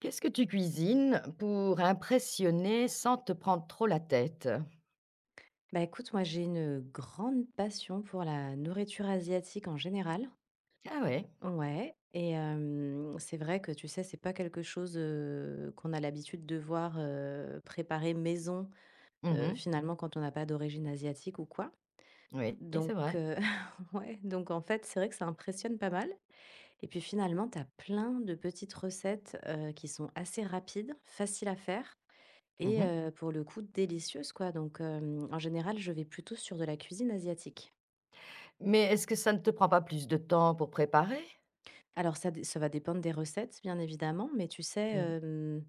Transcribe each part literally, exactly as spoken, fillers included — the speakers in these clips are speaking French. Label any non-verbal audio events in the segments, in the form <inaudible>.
Qu'est-ce que tu cuisines pour impressionner sans te prendre trop la tête? Bah écoute, moi j'ai une grande passion pour la nourriture asiatique en général. Ah ouais, Ouais. Et euh, c'est vrai que tu sais, c'est pas quelque chose euh, qu'on a l'habitude de voir euh, préparer maison euh, mmh finalement quand on n'a pas d'origine asiatique ou quoi. oui, c'est Donc vrai. euh, <laughs> ouais, donc en fait, c'est vrai que ça impressionne pas mal. Et puis finalement, tu as plein de petites recettes euh, qui sont assez rapides, faciles à faire et Mmh. euh, pour le coup délicieuses quoi. Donc euh, en général, je vais plutôt sur de la cuisine asiatique. Mais est-ce que ça ne te prend pas plus de temps pour préparer? Alors ça dé ça va dépendre des recettes, bien évidemment, mais tu sais, Mmh. hem,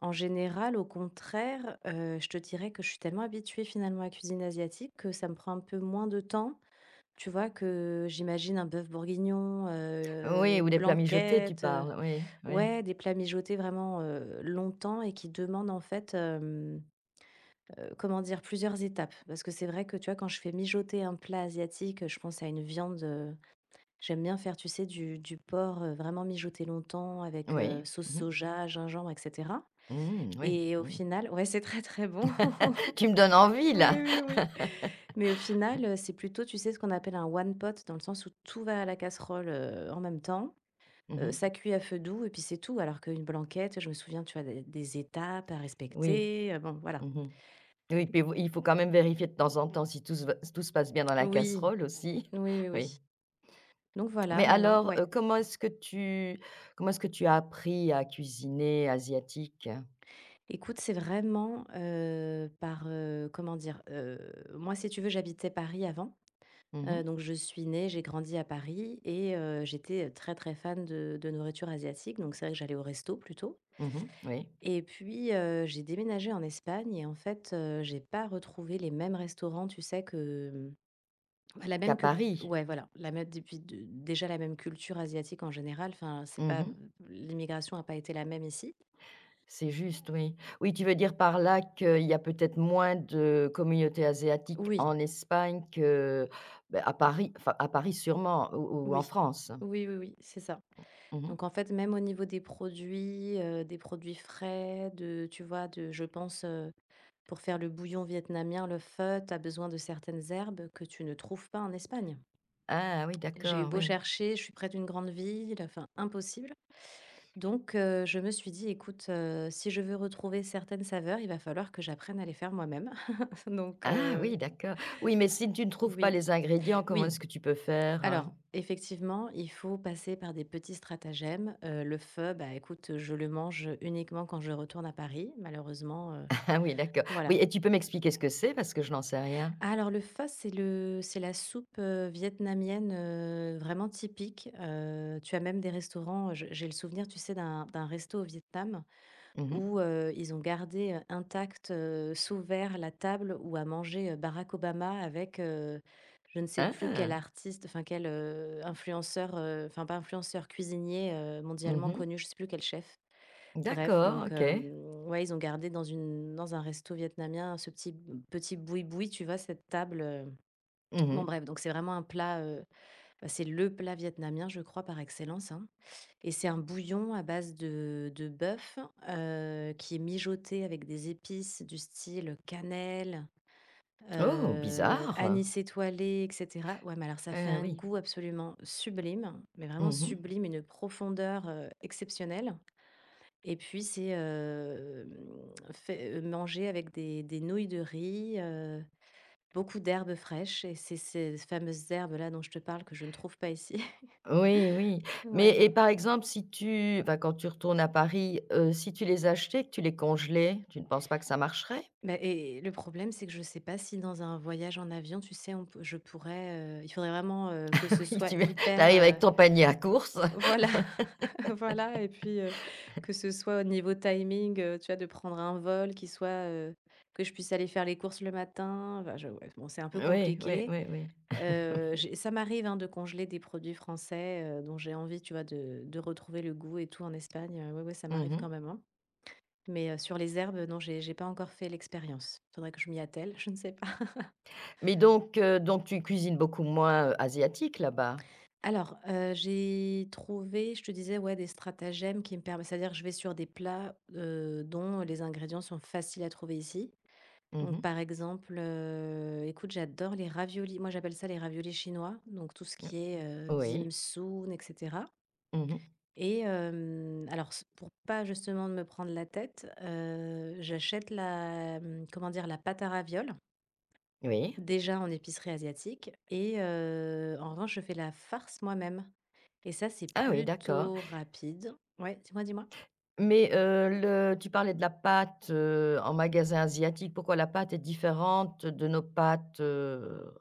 en général, au contraire, heu, je te dirais que je suis tellement habituée finalement à la cuisine asiatique que ça me prend un peu moins de temps, tu vois? Que j'imagine un bœuf bourguignon, heu, Oui, ou une des plats mijotés, tu blanquette, heu, parles, oui, oui. ouais, des plats mijotés vraiment, heu, longtemps et qui demandent en fait, hem, heu, comment dire? Plusieurs étapes. Parce que c'est vrai que, tu vois, quand je fais mijoter un plat asiatique, je pense à une viande. J'aime bien faire, tu sais, du du porc, heu, vraiment mijoté longtemps avec, heu, Oui. sauce Mmh mh. soja, gingembre et cetera, Mmh, oui, et au mmh. final ouais, c'est très, très bon. <laughs> <laughs> Tu me donnes envie Oui, là. oui, oui. <laughs> Mais au final, heu, c'est plutôt, tu sais, ce qu'on appelle un one pot, dans le sens où tout va à la casserole, heu, en même temps. Heu, Mmh. Ça cuit à feu doux et puis c'est tout. Alors qu'une blanquette, je me souviens, tu as des des étapes à Oui. respecter, heu, bon, voilà. Mmh. Oui, puis il faut quand même vérifier de temps en temps si tout se va tout se passe bien dans la Oui, casserole aussi. oui, oui, <laughs> Oui. oui. Donc voilà, Mais non, non, alors, heu, ouais. comment est-ce que tu comment est-ce que tu as appris à cuisiner asiatique? Écoute, c'est vraiment, heu, par, heu, comment dire? Heu, moi, si tu veux, j'habitais Paris avant, Mmh mh. heu, donc je suis née, j'ai grandi à Paris et heu, j'étais, très, très fan de de nourriture asiatique, donc c'est vrai que j'allais au resto plutôt. Mmh. Oui. Et puis, heu, j'ai déménagé en Espagne et en fait, heu, j'ai pas retrouvé les mêmes restaurants, tu sais, que, mmh, la Qu'à même culture, Paris? ouais, voilà, la même, et puis déjà la même culture asiatique en général. Enfin, c'est pas Mmh. l'immigration a pas été la même ici. C'est juste, oui. Oui, tu veux dire par là qu'il y a peut-être moins de communautés asiatiques Oui, en Espagne que, bah, à Paris, enfin à Paris sûrement ou ou en oui. France? Oui, oui, oui, c'est ça. Mmh. Donc en fait, même au niveau des produits, heu, des produits frais, de tu vois? De je pense, heu, pour faire le bouillon vietnamien, le pho, tu as besoin de certaines herbes que tu ne trouves pas en Espagne. Ah oui, J'ai eu d'accord, beau oui. chercher, je suis près d'une grande ville, enfin impossible. Donc heu, je me suis dit: «Écoute, heu, si je veux retrouver certaines saveurs, il va falloir que j'apprenne à les faire moi-même.» <laughs> Donc Ah heu, oui, d'accord. Oui, mais si tu ne trouves pas oui, les ingrédients, comment oui. est-ce que tu peux faire? Alors, <laughs> effectivement, il faut passer par des petits stratagèmes. Heu, le feu, bah, écoute, je le mange uniquement quand je retourne à Paris, malheureusement, heu, Ah oui, d'accord. Oui voilà. et tu peux m'expliquer ce que c'est? Parce que je n'en sais rien. Ah alors le pho, c'est le c'est la soupe, heu, vietnamienne, heu, vraiment typique. Heu, tu as même des restaurants, je j'ai le souvenir, tu sais, d'un d'un resto au Vietnam Mmh où mh. heu, ils ont gardé, heu, intact, heu, sous verre la table où a mangé, heu, Barack Obama avec, heu, je ne sais plus quel Ah! artiste, enfin quel, heu, influenceur, heu, enfin pas influenceur, cuisinier, heu, Mmh mondialement mh. connu, je sais plus quel chef. Bref, D'accord, donc hem, OK. ouais, ils ont gardé dans une dans un resto vietnamien ce petit petit boui-boui, tu vois? Cette table, heu Mmh bon mh. bref, donc c'est vraiment un plat, heu, bah, c'est le plat vietnamien, je crois, par excellence, hein. Et c'est un bouillon à base de de bœuf, heu, qui est mijoté avec des épices du style cannelle, Oh, heu, bizarre! anis étoilé et cetera. Ouais, mais alors ça fait Ah un oui. goût absolument sublime, mais vraiment Mmh mh. sublime, une profondeur, heu, exceptionnelle, et puis c'est, hem, fait, heu, mangé avec des des nouilles de riz, heu, beaucoup d'herbes fraîches, et c'est ces fameuses herbes-là dont je te parle que je ne trouve pas ici. <laughs> Oui, oui. Mais Ouais. et par exemple, si tu enfin, quand tu retournes à Paris, heu, si tu les achetais et que tu les congelais, tu ne penses pas que ça marcherait? Bah et le problème, c'est que je sais pas si dans un voyage en avion, tu sais, on peut, je pourrais, heu, il faudrait vraiment, heu, que ce <laughs> Oui, soit tu viens tu hyper, arrives avec heu ton panier à courses. voilà, <laughs> voilà, et puis, heu, que ce soit au niveau timing, heu, tu vois, de prendre un vol qui soit, heu, que je puisse aller faire les courses le matin, enfin je ouais, bon, c'est un peu Oui, oui, compliqué. oui, oui. Heu, j'ai, ça m'arrive, hein, de congeler des produits français, heu, dont j'ai envie, tu vois, de de retrouver le goût et tout en Espagne, heu, ouais, ouais, ça Mmh m'arrive mh. quand même, hein. Mais, heu, sur les herbes, non, j'ai j'ai pas encore fait l'expérience. Faudrait que je m'y attelle, <laughs> je ne sais pas. Mais donc heu, donc tu cuisines beaucoup moins, heu, asiatique là-bas? Alors, heu, j'ai trouvé, je te disais, ouais, des stratagèmes qui me permettent, c'est-à-dire que je vais sur des plats, heu, dont les ingrédients sont faciles à trouver ici. Mmh Donc, mh. par exemple, heu, écoute, j'adore les raviolis. Moi, j'appelle ça les raviolis chinois, donc tout ce qui est, heu, dim Oui. sum et cetera, Mmh mh. et hem, alors s pour pas justement me prendre la tête, heu, j'achète la, mmh, comment dire? La pâte à ravioles Oui. déjà en épicerie asiatique, et heu, en revanche, je fais la farce moi-même et ça, c'est Ah oui, d'accord. plutôt rapide. Ouais, dis-moi, dis-moi? Mais, heu, le tu parlais de la pâte, heu, en magasin asiatique. Pourquoi la pâte est différente de nos pâtes, heu,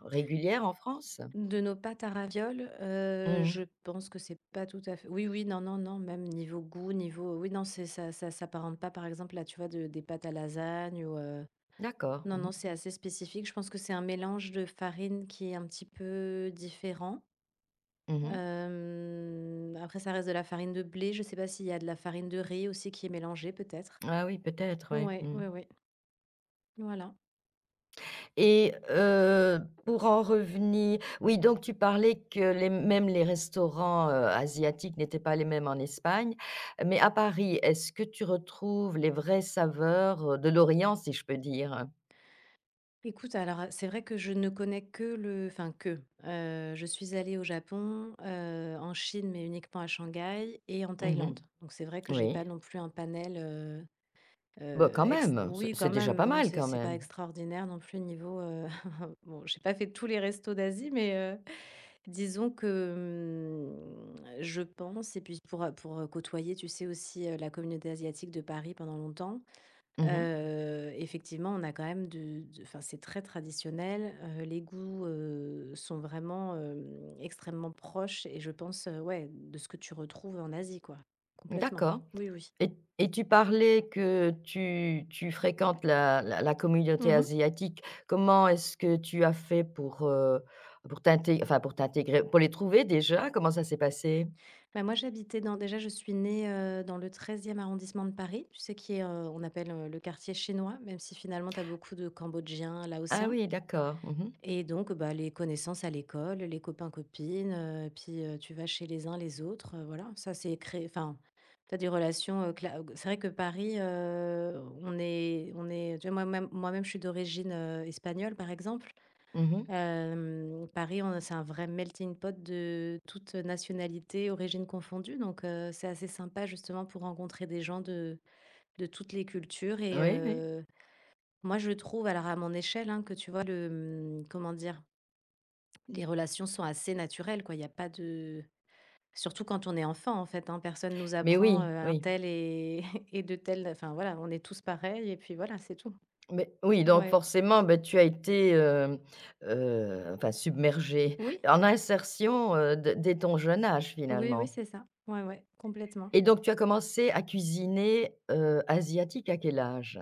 régulières en France? De nos pâtes à ravioles, heu, Mmh. je pense que c'est pas tout à fait oui, oui, non, non, non, même niveau goût, niveau oui, non, c'est ça, ça s'apparente pas, par exemple, là tu vois, de des pâtes à lasagne ou heu D'accord. non, Mmh non, mh. c'est assez spécifique. Je pense que c'est un mélange de farine qui est un petit peu différent. Mmh. Hem, après ça reste de la farine de blé. Je sais pas s'il y a de la farine de riz aussi qui est mélangée peut-être? Ah oui, peut-être, ouais. Ouais, Mmh. ouais, ouais, voilà. Et heu, pour en revenir oui, donc tu parlais que les même les restaurants, heu, asiatiques n'étaient pas les mêmes en Espagne. Mais à Paris, est-ce que tu retrouves les vraies saveurs, heu, de l'Orient, si je peux dire? Écoute, alors, c'est vrai que je ne connais que le enfin que, heu, je suis allée au Japon, heu, en Chine, mais uniquement à Shanghai et en Thaïlande. Mmh. Donc c'est vrai que j'ai pas Oui. non plus un panel, heu Bah, heu, quand ex même, c'est oui quand c'est déjà même, mais pas bon, mal c'est quand c'est pas même. extraordinaire non plus niveau, heu, <laughs> bon, j'ai pas fait tous les restos d'Asie, mais, heu, disons que, mmh, je pense, et puis pour, pour, côtoyer, tu sais aussi, heu, la communauté asiatique de Paris pendant longtemps. Mmh. Heu, effectivement, on a quand même de de enfin, c'est très traditionnel, heu, les goûts, heu, sont vraiment, hem, extrêmement proches, et je pense, heu, ouais, de ce que tu retrouves en Asie, quoi. Complètement. D'accord Oui, oui. et et tu parlais que tu tu fréquentes la la la communauté Mmh. asiatique. Comment est-ce que tu as fait pour, heu, pour t'intégrer, enfin pour t'intégrer, pour les trouver déjà? Comment ça s'est passé? Bah, moi, j'habitais dans déjà, je suis née, heu, dans le treizième arrondissement de Paris, tu sais, qui est, heu, on appelle, heu, le quartier chinois, même si finalement tu as beaucoup de Cambodgiens, Ah Laotiens. oui, d'accord. Mmh mh. Et donc, bah, les connaissances à l'école, les copains-copines, heu, puis, heu, tu vas chez les uns les autres, heu, voilà. Ça, c'est créé, enfin, tu as des relations, heu, cla c'est vrai que Paris, heu, on est on est tu vois, moi-même moi-même, je suis d'origine, heu, espagnole, par exemple. Mmh. Hem, Paris, on c'est un vrai melting pot de toutes nationalités, origines confondues, donc, heu, c'est assez sympa, justement, pour rencontrer des gens de de toutes les cultures, et Oui, oui. heu, moi, je trouve, alors à mon échelle, hein, que tu vois, le, mmh, comment dire? Les relations sont assez naturelles, quoi, il n'y a pas de surtout quand on est enfant, en fait, hein, personne nous Mais apprend, oui, heu, un oui. tel et <laughs> et de tel, enfin, voilà, on est tous pareils et puis voilà, c'est tout. Mais oui, donc Ouais. forcément, bah, tu as été, hem, heu, enfin submergée Oui, en insertion, heu, dès dès ton jeune âge oui, oui, finalement. c'est ça. Ouais, ouais, complètement. Et donc tu as commencé à cuisiner, heu, asiatique à quel âge?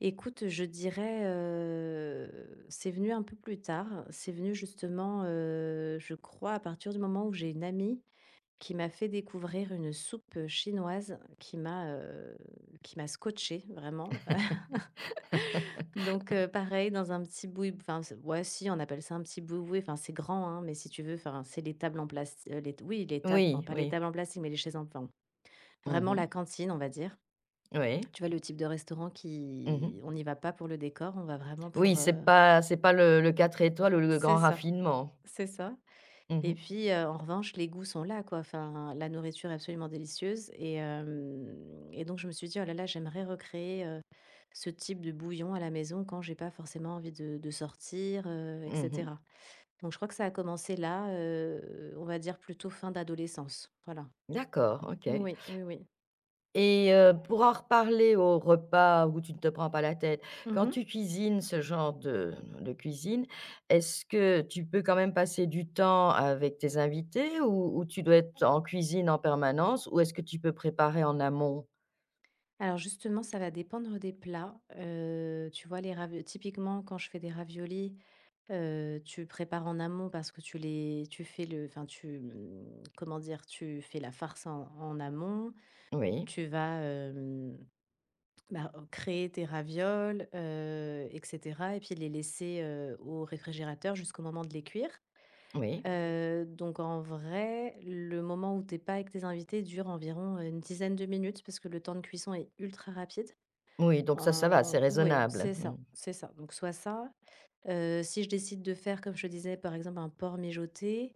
Écoute, je dirais, heu, c'est venu un peu plus tard, c'est venu justement, heu, je crois à partir du moment où j'ai une amie qui m'a fait découvrir une soupe chinoise qui m'a, heu, qui m'a scotché vraiment. <laughs> Donc heu, pareil dans un petit boui, enfin c'est ouais, si on appelle ça un petit boui, enfin c'est grand, hein, mais si tu veux, enfin c'est les tables en plastique. Les Oui, les tables, enfin Oui, pas les oui. tables en plastique, mais les chaises en, enfin, vraiment Mmh. la cantine, on va dire. Oui. Tu vois le type de restaurant Mmh. qui, on n'y va pas pour le décor, on va vraiment pour, Oui, heu c'est pas c'est pas le le quatre étoiles ou le c'est grand ça, raffinement. c'est ça. Mmh Et mh. puis, heu, en revanche, les goûts sont là, quoi. Enfin, la nourriture est absolument délicieuse, et hem et donc je me suis dit: «Oh là là, j'aimerais recréer, heu, ce type de bouillon à la maison quand j'ai pas forcément envie de de sortir, heu» et Mmh. cetera. Donc je crois que ça a commencé là, heu, on va dire plutôt fin d'adolescence. Voilà. D'accord, OK. Oui, oui, oui. Et heu, pour en reparler au repas où tu ne te prends pas la tête, quand Mmh. tu cuisines ce genre de de cuisine, est-ce que tu peux quand même passer du temps avec tes invités ou ou tu dois être en cuisine en permanence ou est-ce que tu peux préparer en amont? Alors justement, ça va dépendre des plats. Heu, tu vois, les ravi typiquement, quand je fais des raviolis, Heu, tu prépares en amont parce que tu les tu fais le enfin tu, mmh, comment dire? Tu fais la farce en en amont, Oui. tu vas, hem, bah, créer tes ravioles, heu et cetera, et puis les laisser, heu, au réfrigérateur jusqu'au moment de les cuire. Oui, Heu, donc en vrai, le moment où t'es pas avec tes invités dure environ une dizaine de minutes, parce que le temps de cuisson est ultra rapide. oui, donc ça, ça va, c'est En ouais, raisonnable. c'est Mmh. ça, c'est ça. Donc soit ça Heu, si je décide de faire, comme je te disais, par exemple, un porc mijoté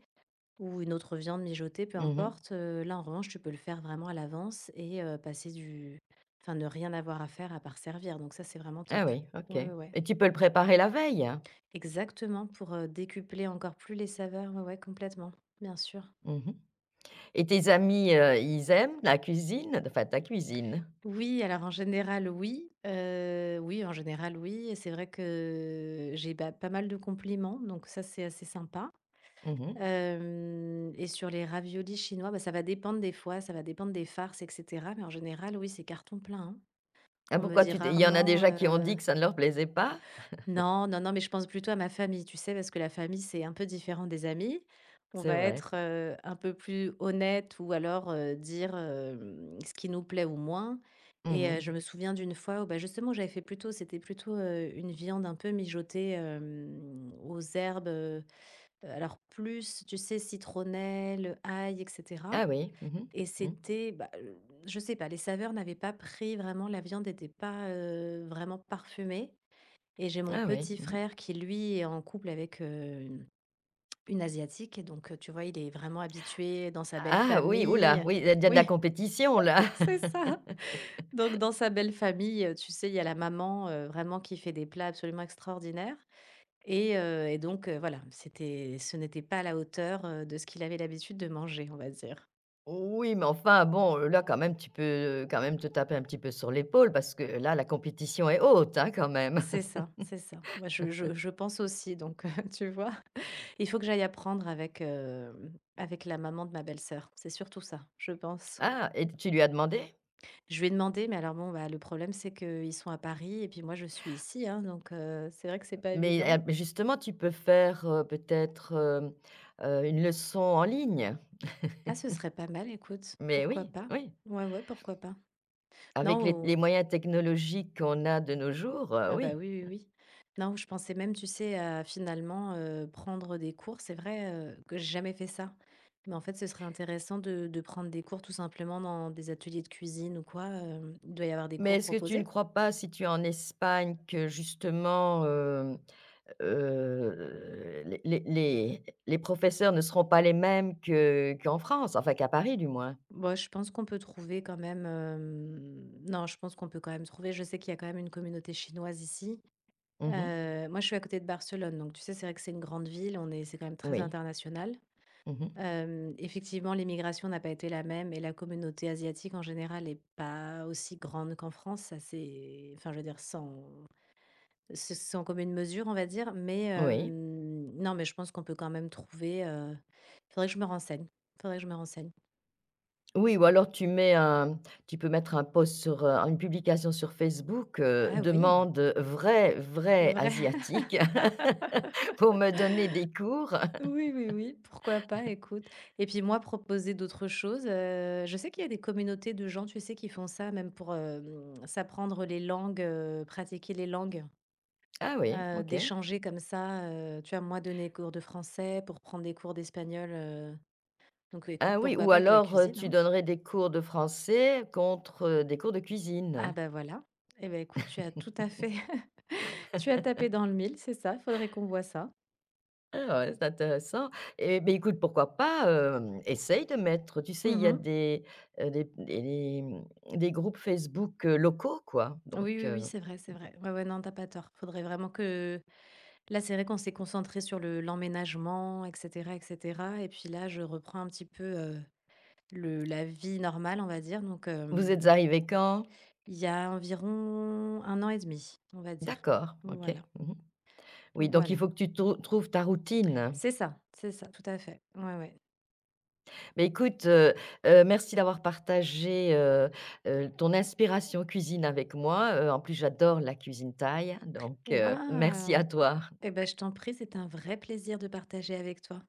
ou une autre viande mijotée, peu Mmh. importe, heu, là, en revanche, tu peux le faire vraiment à l'avance, et heu, passer du enfin, ne rien avoir à faire à part servir. Donc ça, c'est vraiment Ah top. oui, OK Ouais, ouais, ouais. et tu peux le préparer la veille, hein? Exactement, pour, heu, décupler encore plus les saveurs, ouais, ouais, complètement, bien sûr. Mmh mh. Et tes amis, heu, ils aiment la cuisine? Enfin, ta cuisine? Oui, alors en général, oui, heu, oui, en général, oui, et c'est vrai que j'ai, bah, pas mal de compliments, donc ça, c'est assez sympa. Mmh. Hem Et sur les raviolis chinois, bah, ça va dépendre des fois, ça va dépendre des farces et cetera, mais en général, oui, c'est carton plein, hein. Ah, On me pourquoi dit tu t'es il y en a rarement, déjà qui ont heu dit que ça ne leur plaisait pas? non, non, non, mais je pense plutôt à ma famille, tu sais? Parce que la famille, c'est un peu différent des amis. On C'est va vrai. être, heu, un peu plus honnête, ou alors, heu, dire, hem, ce qui nous plaît ou moins. Et heu, Mmh. je me souviens d'une fois où, bah, justement, j'avais fait plutôt c'était plutôt, heu, une viande un peu mijotée, hem, aux herbes. Heu, alors plus, tu sais, citronnelle, ail et cetera, Ah oui. Mmh et mh. Mmh. c'était, bah, heu, je sais pas, les saveurs n'avaient pas pris vraiment, la viande n'était pas, heu, vraiment parfumée. Et j'ai mon Ah oui. petit Mmh. frère qui, lui, est en couple avec, heu, une une asiatique, et donc heu, tu vois, il est vraiment habitué dans sa belle Ah oui, Oula, famille. oui, il y a de la Oui, compétition, <laughs> là. c'est <laughs> ça. Donc dans sa belle famille, heu, tu sais, il y a la maman, heu, vraiment, qui fait des plats absolument extraordinaires. Et heu et donc heu, voilà, c'était ce n'était pas à la hauteur, heu, de ce qu'il avait l'habitude de manger, on va dire. Oui, mais enfin, bon, là, quand même, tu peux quand même te taper un petit peu sur l'épaule parce que là, la compétition est haute, hein, quand même. C'est <laughs> ça, c'est ça. Moi, je je je pense aussi, donc <laughs> tu vois? Il faut que j'aille apprendre avec, hem, avec la maman de ma belle-sœur. C'est surtout ça, je pense. Ah et tu lui as demandé? Je lui ai demandé, mais alors bon, bah, le problème, c'est qu'ils sont à Paris et puis moi, je suis ici, hein, donc heu, c'est vrai que c'est pas Mais évident. heu, mais justement, tu peux faire, heu, peut-être, hem, heu, une leçon en ligne. Ah, ce serait pas mal, écoute, Mais pourquoi oui, pas? oui, Ouais, ouais, pourquoi pas? avec les les Non, moyens technologiques qu'on a de nos jours, heu, ah bah, oui. oui, oui, oui. Non, je pensais même, tu sais, à finalement, heu, prendre des cours. C'est vrai, heu, que j'ai jamais fait ça. Mais en fait, ce serait intéressant de de prendre des cours tout simplement dans des ateliers de cuisine ou quoi. Hem, il doit y avoir des Mais cours est-ce que tu ne proposés? crois pas, si tu es en Espagne, que justement, hem, heu, les les les les professeurs ne seront pas les mêmes que qu'en France, enfin qu'à Paris du moins? Bon, je pense qu'on peut trouver quand même, hem, non, je pense qu'on peut quand même trouver. Je sais qu'il y a quand même une communauté chinoise ici. Mmh. Heu, moi, je suis à côté de Barcelone, donc tu sais, c'est vrai que c'est une grande ville, on est c'est quand même très Oui. international. Mmh. Hem, effectivement, l'immigration n'a pas été la même, et la communauté asiatique en général n'est pas aussi grande qu'en France. Ça, c'est enfin je veux dire sans c'est sans commune mesure, on va dire. Mais Oui. hem, non, mais je pense qu'on peut quand même trouver. Heu, faudrait que je me renseigne, faudrait que je me renseigne. Oui ou alors tu mets un tu peux mettre un post sur, heu, une publication sur Facebook, heu: Ah oui, «Demande, vrai vrai vrai <laughs> asiatique <laughs> pour me donner des cours». oui, oui, oui, pourquoi pas, écoute. Et puis moi, proposer d'autres choses, heu, je sais qu'il y a des communautés de gens, tu sais, qui font ça même pour, hem, s'apprendre les langues, heu, pratiquer les langues. Ah oui, Heu, OK. D'échanger comme ça, heu, tu vois, moi donner des cours de français pour prendre des cours d'espagnol. Heu, donc écoute, Ah oui pourquoi ou pas avec la alors, heu, cuisine, tu hein? donnerais des cours de français contre, heu, des cours de Ah cuisine. bah, voilà. Eh ben écoute, tu as tout à fait <laughs> tu as tapé dans le mille, c'est ça, faudrait qu'on voie ça. Ah ouais, c'est intéressant et mais écoute, pourquoi pas, hem, essaye de mettre tu sais, il y a Mmh. des, heu, des des des, mmh, des groupes Facebook, heu, locaux, quoi, donc Oui, oui, oui, heu, c'est vrai, c'est vrai. Ouais, ouais, non, t'as pas tort. Faudrait vraiment que là, c'est vrai qu'on s'est concentré sur le l'emménagement et cetera et cetera, et puis là, je reprends un petit peu, heu, le la vie normale, on va dire. Donc vous êtes hem, arrivé quand? il y a environ un an et demi, on va dire. D'accord, OK. Voilà. Mmh. Oui, donc il Voilà, faut que tu trou trouves ta routine. c'est ça, c'est ça, tout à fait. Ouais, ouais. Mais écoute, heu heu, merci d'avoir partagé, heu heu, ton inspiration cuisine avec moi, heu, en plus j'adore la cuisine thaï, donc heu, merci Waouh! à toi. Eh ben, je t'en prie, c'est un vrai plaisir de partager avec toi.